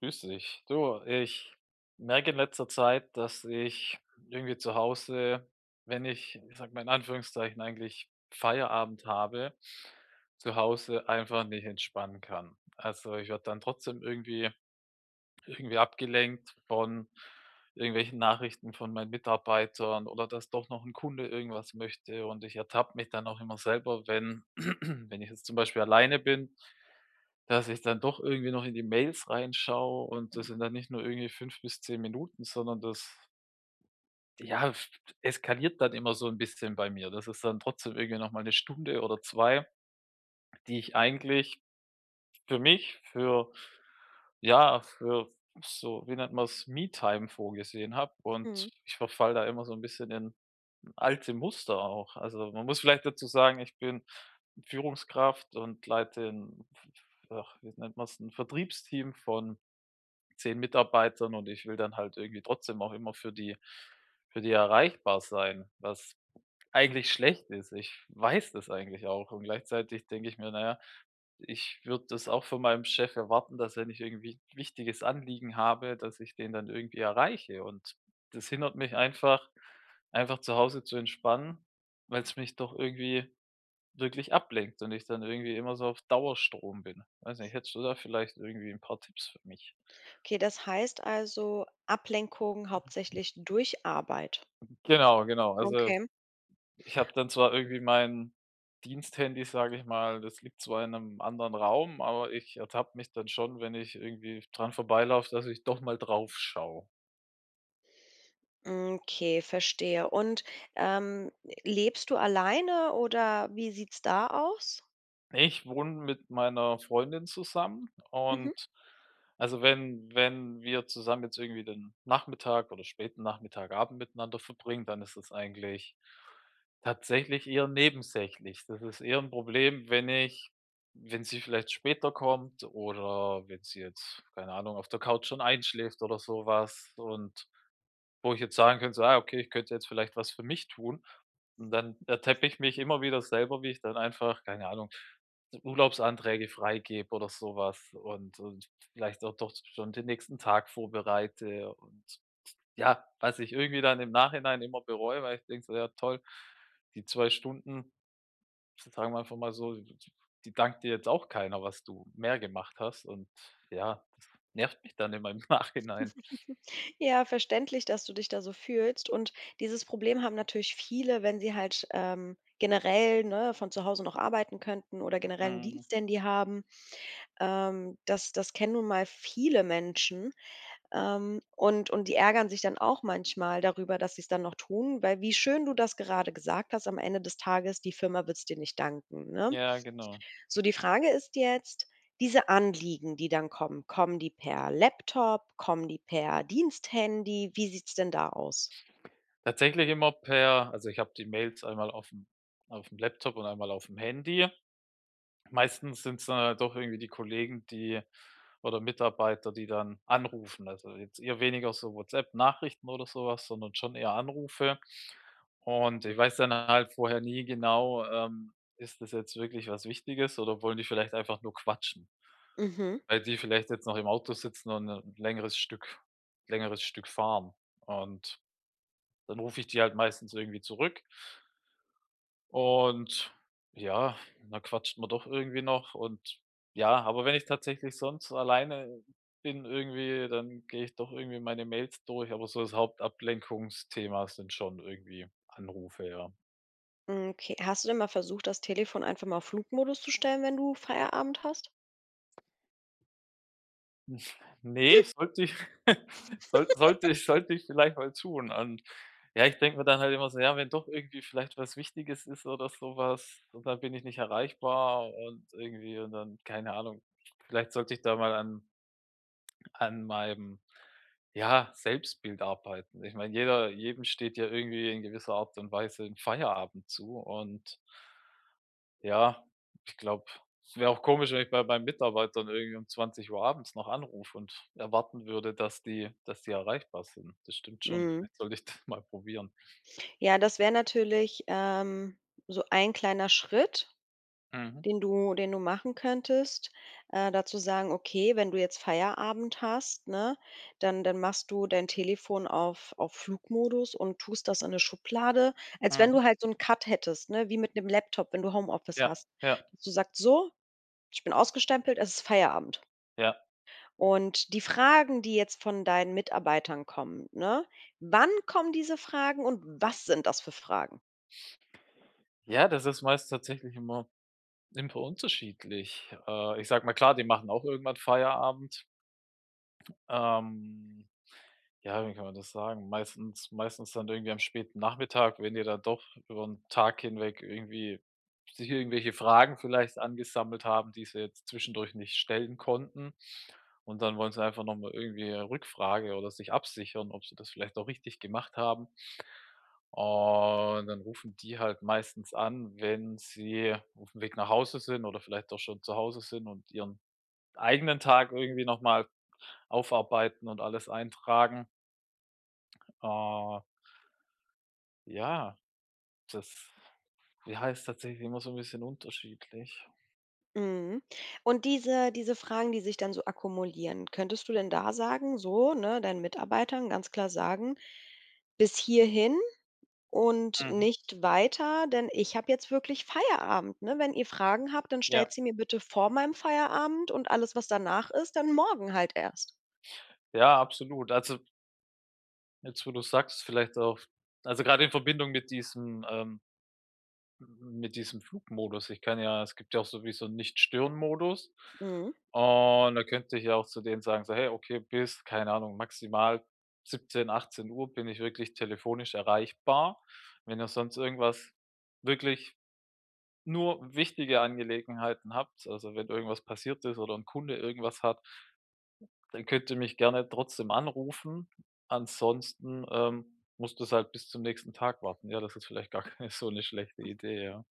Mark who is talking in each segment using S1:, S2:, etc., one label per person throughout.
S1: Grüß dich. Du, ich merke in letzter Zeit, dass ich irgendwie zu Hause, wenn ich, ich sag mal in Anführungszeichen, eigentlich Feierabend habe, zu Hause einfach nicht entspannen kann. Also ich werde dann trotzdem irgendwie abgelenkt von irgendwelchen Nachrichten von meinen Mitarbeitern oder dass doch noch ein Kunde irgendwas möchte. Und ich ertappe mich dann auch immer selber, wenn, wenn ich jetzt zum Beispiel alleine bin, dass ich dann doch irgendwie noch in die Mails reinschaue, und das sind dann nicht nur irgendwie 5 bis 10 Minuten, sondern das, ja, eskaliert dann immer so ein bisschen bei mir. Das ist dann trotzdem irgendwie noch mal 'ne Stunde oder zwei, die ich eigentlich für mich, für ja, für so, wie nennt man's, Me-Time vorgesehen habe,
S2: Mhm.
S1: und ich verfall da immer so ein bisschen in alte Muster auch. Also, man muss vielleicht dazu sagen, ich bin Führungskraft und leite ein, ach, wie nennt man es, ein Vertriebsteam von 10 Mitarbeitern, und ich will dann halt irgendwie trotzdem auch immer für die erreichbar sein, was eigentlich schlecht ist. Ich weiß das eigentlich auch und gleichzeitig denke ich mir: „Naja, ich würde das auch von meinem Chef erwarten, dass, wenn ich irgendwie ein wichtiges Anliegen habe, dass ich den dann irgendwie erreiche." Und das hindert mich einfach zu Hause zu entspannen, weil es mich doch irgendwie wirklich ablenkt und ich dann irgendwie immer so auf Dauerstrom bin. Weiß nicht, hättest du da vielleicht irgendwie ein paar Tipps für mich?
S2: Okay, das heißt also Ablenkung hauptsächlich durch Arbeit.
S1: Genau, genau. Also,
S2: Okay.
S1: ich habe dann zwar irgendwie mein Diensthandy, sage ich mal, das liegt zwar in einem anderen Raum, aber ich ertappe mich dann schon, wenn ich irgendwie dran vorbeilaufe, dass ich doch mal drauf schaue.
S2: Okay, verstehe. Ähm, Lebst du alleine oder wie sieht's da aus?
S1: Ich wohne mit meiner Freundin zusammen,
S2: Mhm.
S1: und also, wenn wir zusammen jetzt irgendwie den Nachmittag oder späten Nachmittag, Abend miteinander verbringen, dann ist das eigentlich tatsächlich eher nebensächlich. Das ist eher ein Problem, wenn ich wenn sie vielleicht später kommt oder wenn sie jetzt, keine Ahnung, auf der Couch schon einschläft oder sowas, und wo ich jetzt sagen könnte, so: „Ah, okay, ich könnte jetzt vielleicht was für mich tun." Und dann ertappe ich mich immer wieder selber, wie ich dann einfach, keine Ahnung, Urlaubsanträge freigebe oder sowas, und vielleicht auch doch schon den nächsten Tag vorbereite, und ja, was ich irgendwie dann im Nachhinein immer bereue, weil ich denke so: „Ja toll, die 2 Stunden, sagen wir einfach mal so, die dankt dir jetzt auch keiner, was du mehr gemacht hast." Und ja, das nervt mich dann immer im Nachhinein.
S2: Ja, verständlich, dass du dich da so fühlst. Und dieses Problem haben natürlich viele, wenn sie halt generell, ne, von zu Hause noch arbeiten könnten oder generell einen
S1: Mhm.
S2: Diensthandy haben. Das kennen nun mal viele Menschen. Und die ärgern sich dann auch manchmal darüber, dass sie es dann noch tun, weil, wie schön du das gerade gesagt hast, am Ende des Tages, die Firma wird's dir nicht danken, ne?
S1: Ja, genau.
S2: So, die Frage ist jetzt, diese Anliegen, die dann kommen, kommen die per Laptop, kommen die per Diensthandy? Wie sieht's denn da aus?
S1: Tatsächlich immer. Per Also, ich habe die Mails einmal auf dem Laptop und einmal auf dem Handy. Meistens sind's dann halt doch irgendwie die Kollegen, die, oder Mitarbeiter, die dann anrufen. Also jetzt eher weniger so WhatsApp-Nachrichten oder sowas, sondern schon eher Anrufe. Und ich weiß dann halt vorher nie genau, ist das jetzt wirklich was Wichtiges oder wollen die vielleicht einfach nur quatschen,
S2: Mhm.
S1: weil die vielleicht jetzt noch im Auto sitzen und ein längeres Stück fahren. Und dann rufe ich die halt meistens irgendwie zurück. Und ja, dann quatscht man doch irgendwie noch, und ja, aber wenn ich tatsächlich sonst alleine bin irgendwie, dann gehe ich doch irgendwie meine Mails durch, aber so, das Hauptablenkungsthema sind schon irgendwie Anrufe, ja.
S2: Okay. Hast du denn mal versucht, das Telefon einfach mal auf Flugmodus zu stellen, wenn du Feierabend hast?
S1: Nee, sollte ich. Sollte ich vielleicht mal tun, und ja, ich denke mir dann halt immer so: „Ja, wenn doch irgendwie vielleicht was Wichtiges ist oder sowas, und dann bin ich nicht erreichbar" und irgendwie und dann keine Ahnung. Vielleicht sollte ich da mal an an meinem, ja, Selbstbild arbeiten. Ich meine, jeder jedem steht ja irgendwie in gewisser Art und Weise ein Feierabend zu, und ja, ich glaube, es wäre auch komisch, wenn ich bei meinen Mitarbeitern irgendwie um 20 Uhr abends noch anrufe und erwarten würde, dass die erreichbar sind. Das stimmt schon.
S2: Mhm.
S1: Vielleicht sollte ich das mal probieren.
S2: Ja, das wäre natürlich, so ein kleiner Schritt,
S1: Mhm,
S2: den du machen könntest, dazu sagen: „Okay, wenn du jetzt Feierabend hast, ne, dann machst du dein Telefon auf Flugmodus und tust das in eine Schublade“, als wenn
S1: mhm.
S2: du halt so einen Cut hättest, ne, wie mit 'nem Laptop, wenn du Homeoffice
S1: Ja,
S2: hast,
S1: ja,
S2: dass du sagst: „So, ich bin ausgestempelt, es ist Feierabend.“
S1: ja.
S2: Und die Fragen, die jetzt von deinen Mitarbeitern kommen, ne, wann kommen diese Fragen und was sind das für Fragen?
S1: Ja, das ist meist tatsächlich immer unterschiedlich. Ich sage mal, klar, die machen auch irgendwann Feierabend. Ähm Ja, wie kann man das sagen? Meistens dann irgendwie am späten Nachmittag, wenn dir dann doch über 'n Tag hinweg irgendwie sich irgendwelche Fragen vielleicht angesammelt haben, die sie jetzt zwischendurch nicht stellen konnten. Und dann wollen sie einfach noch mal irgendwie eine Rückfrage oder sich absichern, ob sie das vielleicht auch richtig gemacht haben. Und dann rufen die halt meistens an, wenn sie auf dem Weg nach Hause sind oder vielleicht auch schon zu Hause sind und ihren eigenen Tag irgendwie noch mal aufarbeiten und alles eintragen. Äh Ja, das, ja, ist tatsächlich immer so ein bisschen unterschiedlich.
S2: Mhm. Und diese Fragen, die sich dann so akkumulieren, könntest du denn da sagen, so, ne, deinen Mitarbeitern ganz klar sagen: „Bis hierhin und
S1: Mhm.
S2: nicht weiter, denn ich habe jetzt wirklich Feierabend, ne? Wenn ihr Fragen habt, dann
S1: Ja,
S2: stellt sie mir bitte vor meinem Feierabend und alles, was danach ist, dann morgen halt erst.“
S1: ja, absolut. Also, jetzt, wo du sagst, vielleicht auch, also, gerade in Verbindung mit diesem Flugmodus. Ich kann ja, es gibt ja auch sowieso 'n Nicht-Stören-Modus.
S2: Mhm.
S1: Und da könnte ich ja auch zu denen sagen, so: „Hey, okay, bis, keine Ahnung, maximal 17, 18 Uhr bin ich wirklich telefonisch erreichbar. Wenn ihr sonst irgendwas wirklich nur wichtige Angelegenheiten habt, also wenn irgendwas passiert ist oder ein Kunde irgendwas hat, dann könnt ihr mich gerne trotzdem anrufen. Ansonsten, musst du es halt bis zum nächsten Tag warten. Ja, das ist vielleicht gar keine so eine schlechte Idee, ja."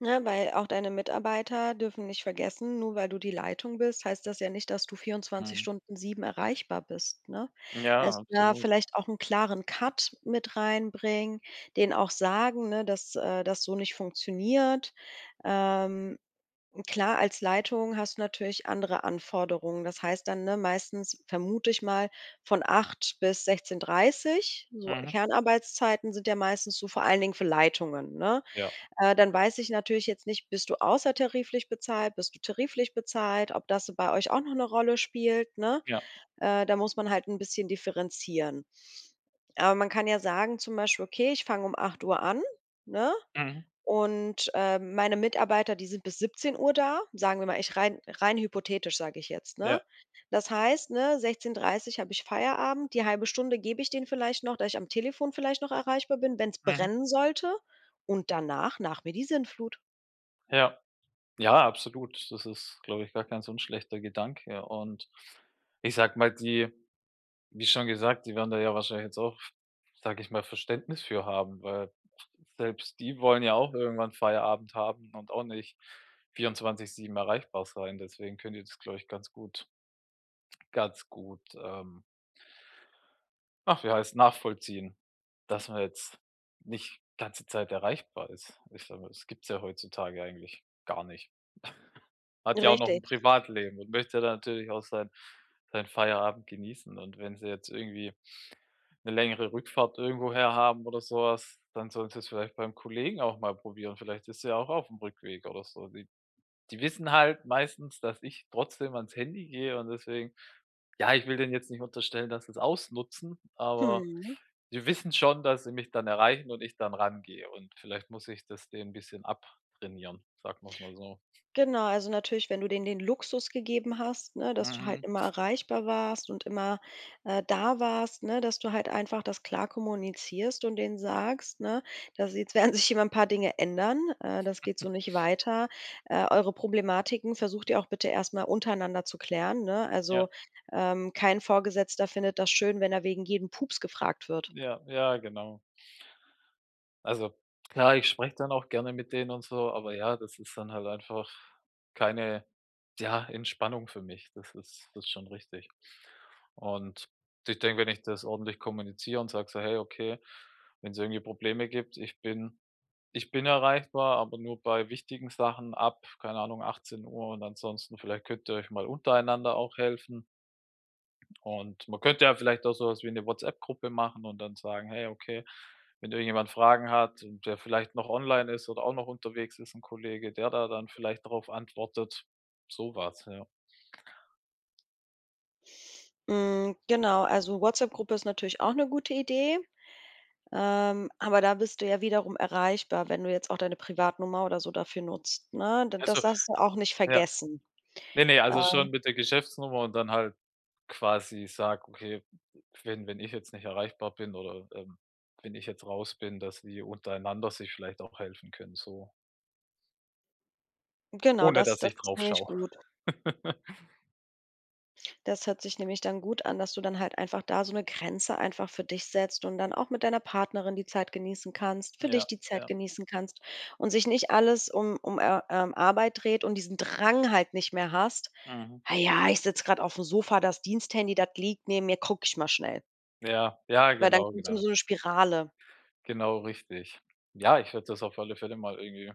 S2: Ne, weil auch deine Mitarbeiter dürfen nicht vergessen, nur weil du die Leitung bist, heißt das ja nicht, dass du vierundzwanzig
S1: Mhm.
S2: Stunden 7 erreichbar bist, ne?
S1: Ja,
S2: Also, da
S1: absolut.
S2: vielleicht auch einen klaren Cut mit reinbringen, denen auch sagen, ne, dass, das so nicht funktioniert. Ähm, klar, als Leitung hast du natürlich andere Anforderungen. Das heißt dann, ne, meistens vermute ich mal, von 8 bis sechzehn Uhr dreißig. So
S1: Mhm.
S2: Kernarbeitszeiten sind ja meistens so vor allen Dingen für Leitungen, ne?
S1: Ja,
S2: Dann weiß ich natürlich jetzt nicht, bist du außertariflich bezahlt, bist du tariflich bezahlt, ob das bei euch auch noch eine Rolle spielt, ne?
S1: ja.
S2: Da muss man halt ein bisschen differenzieren. Aber man kann ja sagen, zum Beispiel: „Okay, ich fange um acht Uhr an“, ne?
S1: Mhm.
S2: Und meine Mitarbeiter, die sind bis siebzehn Uhr da, sagen wir mal, ich rein hypothetisch sage ich jetzt, ne?
S1: Ja.
S2: Das heißt, ne, 16:30 habe ich Feierabend, die halbe Stunde gebe ich denen vielleicht noch, dass ich am Telefon vielleicht noch erreichbar bin, wenn es
S1: Mhm.
S2: brennen sollte, und danach nach mir die Sinnflut.
S1: Ja. Ja, absolut. Das ist, glaube ich, gar kein so 'n schlechter Gedanke, und ich sag mal, die, wie schon gesagt, die werden da ja wahrscheinlich jetzt auch, sage ich mal, Verständnis für haben, weil selbst die wollen ja auch irgendwann Feierabend haben und auch nicht 24/7 erreichbar sein. Deswegen könnt ihr das, glaube ich, ganz gut, ach, wie heißt, nachvollziehen, dass man jetzt nicht ganze Zeit erreichbar ist. Ich sage mal, das gibt's ja heutzutage eigentlich gar nicht. Hat ja auch noch
S2: Richtig.
S1: ein Privatleben und möchte da natürlich auch sein seinen Feierabend genießen, und wenn sie jetzt irgendwie 'ne längere Rückfahrt irgendwoher haben oder so was, dann sollen sie's vielleicht beim Kollegen auch mal probieren. Vielleicht ist er auch auf'm Rückweg oder so. Die wissen halt meistens, dass ich trotzdem ans Handy gehe, und deswegen, ja, ich will denen jetzt nicht unterstellen, dass sie's ausnutzen, aber
S2: Mhm.
S1: die wissen schon, dass sie mich dann erreichen und ich dann rangehe, und vielleicht muss ich das denen bisschen abtrainieren, sagen wir's mal so.
S2: Genau, also natürlich, wenn du denen den Luxus gegeben hast, ne, dass du halt
S1: Mhm.
S2: immer erreichbar warst und immer, da warst, ne, dass du halt einfach das klar kommunizierst und denen sagst, ne: „Das jetzt werden sich immer ein paar Dinge ändern, das geht so nicht weiter. Eure Problematiken versucht ihr auch bitte erstmal untereinander zu klären“, ne? Also,
S1: Ja,
S2: ähm, kein Vorgesetzter findet das schön, wenn er wegen jedem Pups gefragt wird.
S1: ja, ja, genau. Also, klar, ich spreche dann auch gerne mit denen und so, aber ja, das ist dann halt einfach keine, ja, Entspannung für mich. Das ist schon richtig. Und ich denke, wenn ich das ordentlich kommuniziere und sage so: „Hey, okay, wenn es irgendwie Probleme gibt, ich bin erreichbar, aber nur bei wichtigen Sachen ab, keine Ahnung, 18 Uhr, und ansonsten vielleicht könnt ihr euch mal untereinander auch helfen." Und man könnte ja vielleicht auch so was wie eine WhatsApp-Gruppe machen und dann sagen: „Hey, okay, wenn irgendjemand Fragen hat und der vielleicht noch online ist oder auch noch unterwegs ist, 'n Kollege, der da dann vielleicht darauf antwortet, so was, ja."
S2: Hm, genau, also WhatsApp-Gruppe ist natürlich auch eine gute Idee. Aber da bist du ja wiederum erreichbar, wenn du jetzt auch deine Privatnummer oder so dafür nutzt, ne? D
S1: Also,
S2: das darfst du auch nicht
S1: ja.
S2: vergessen.
S1: Ne, ne, also
S2: Ähm,
S1: schon mit der Geschäftsnummer und dann halt quasi sage: „Okay, wenn ich jetzt nicht erreichbar bin oder, wenn ich jetzt raus bin, dass die untereinander sich vielleicht auch helfen können", so,
S2: genau,
S1: ohne
S2: das
S1: dass
S2: das
S1: ich
S2: ist
S1: drauf
S2: nämlich
S1: schaue.
S2: gut. Das hört sich nämlich dann gut an, dass du dann halt einfach da so eine Grenze einfach für dich setzt und dann auch mit deiner Partnerin die Zeit genießen kannst, für dich
S1: Ja,
S2: die Zeit
S1: ja,
S2: genießen kannst und sich nicht alles um Arbeit dreht und diesen Drang halt nicht mehr hast:
S1: mhm.
S2: „Ah ja, ich sitze gerade auf dem Sofa, das Diensthandy, das liegt neben mir, gucke ich mal schnell.“
S1: Ja, ja,
S2: Weil dann
S1: genau,
S2: kommt so 'ne
S1: genau.
S2: so 'ne Spirale.
S1: Genau richtig. Ja, ich werde das auf alle Fälle mal irgendwie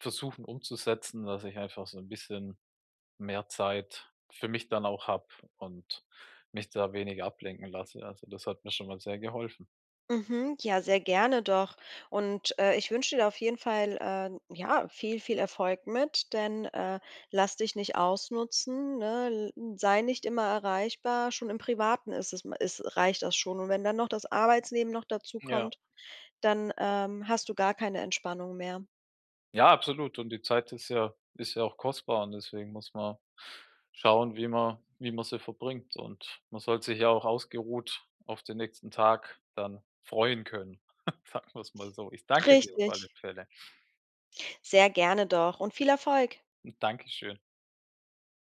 S1: versuchen umzusetzen, dass ich einfach so ein bisschen mehr Zeit für mich dann auch habe und mich da weniger ablenken lasse. Also, das hat mir schon mal sehr geholfen.
S2: Mhm, ja, sehr gerne doch. Und ich wünsche dir auf jeden Fall, ja, viel, viel Erfolg mit, denn lass dich nicht ausnutzen, ne? L sei nicht immer erreichbar. Schon im Privaten ist es ist reicht das schon. Und wenn dann noch das Arbeitsleben noch dazu
S1: Ja.
S2: kommt, dann, hast du gar keine Entspannung mehr.
S1: Ja, absolut. Und die Zeit ist ja auch kostbar, und deswegen muss man schauen, wie man sie verbringt. Und man soll sich ja auch ausgeruht auf den nächsten Tag dann freuen können, sagen wir es mal so. Ich danke dir auf
S2: Richtig.
S1: alle Fälle.
S2: Sehr gerne doch und viel Erfolg.
S1: Und Dankeschön.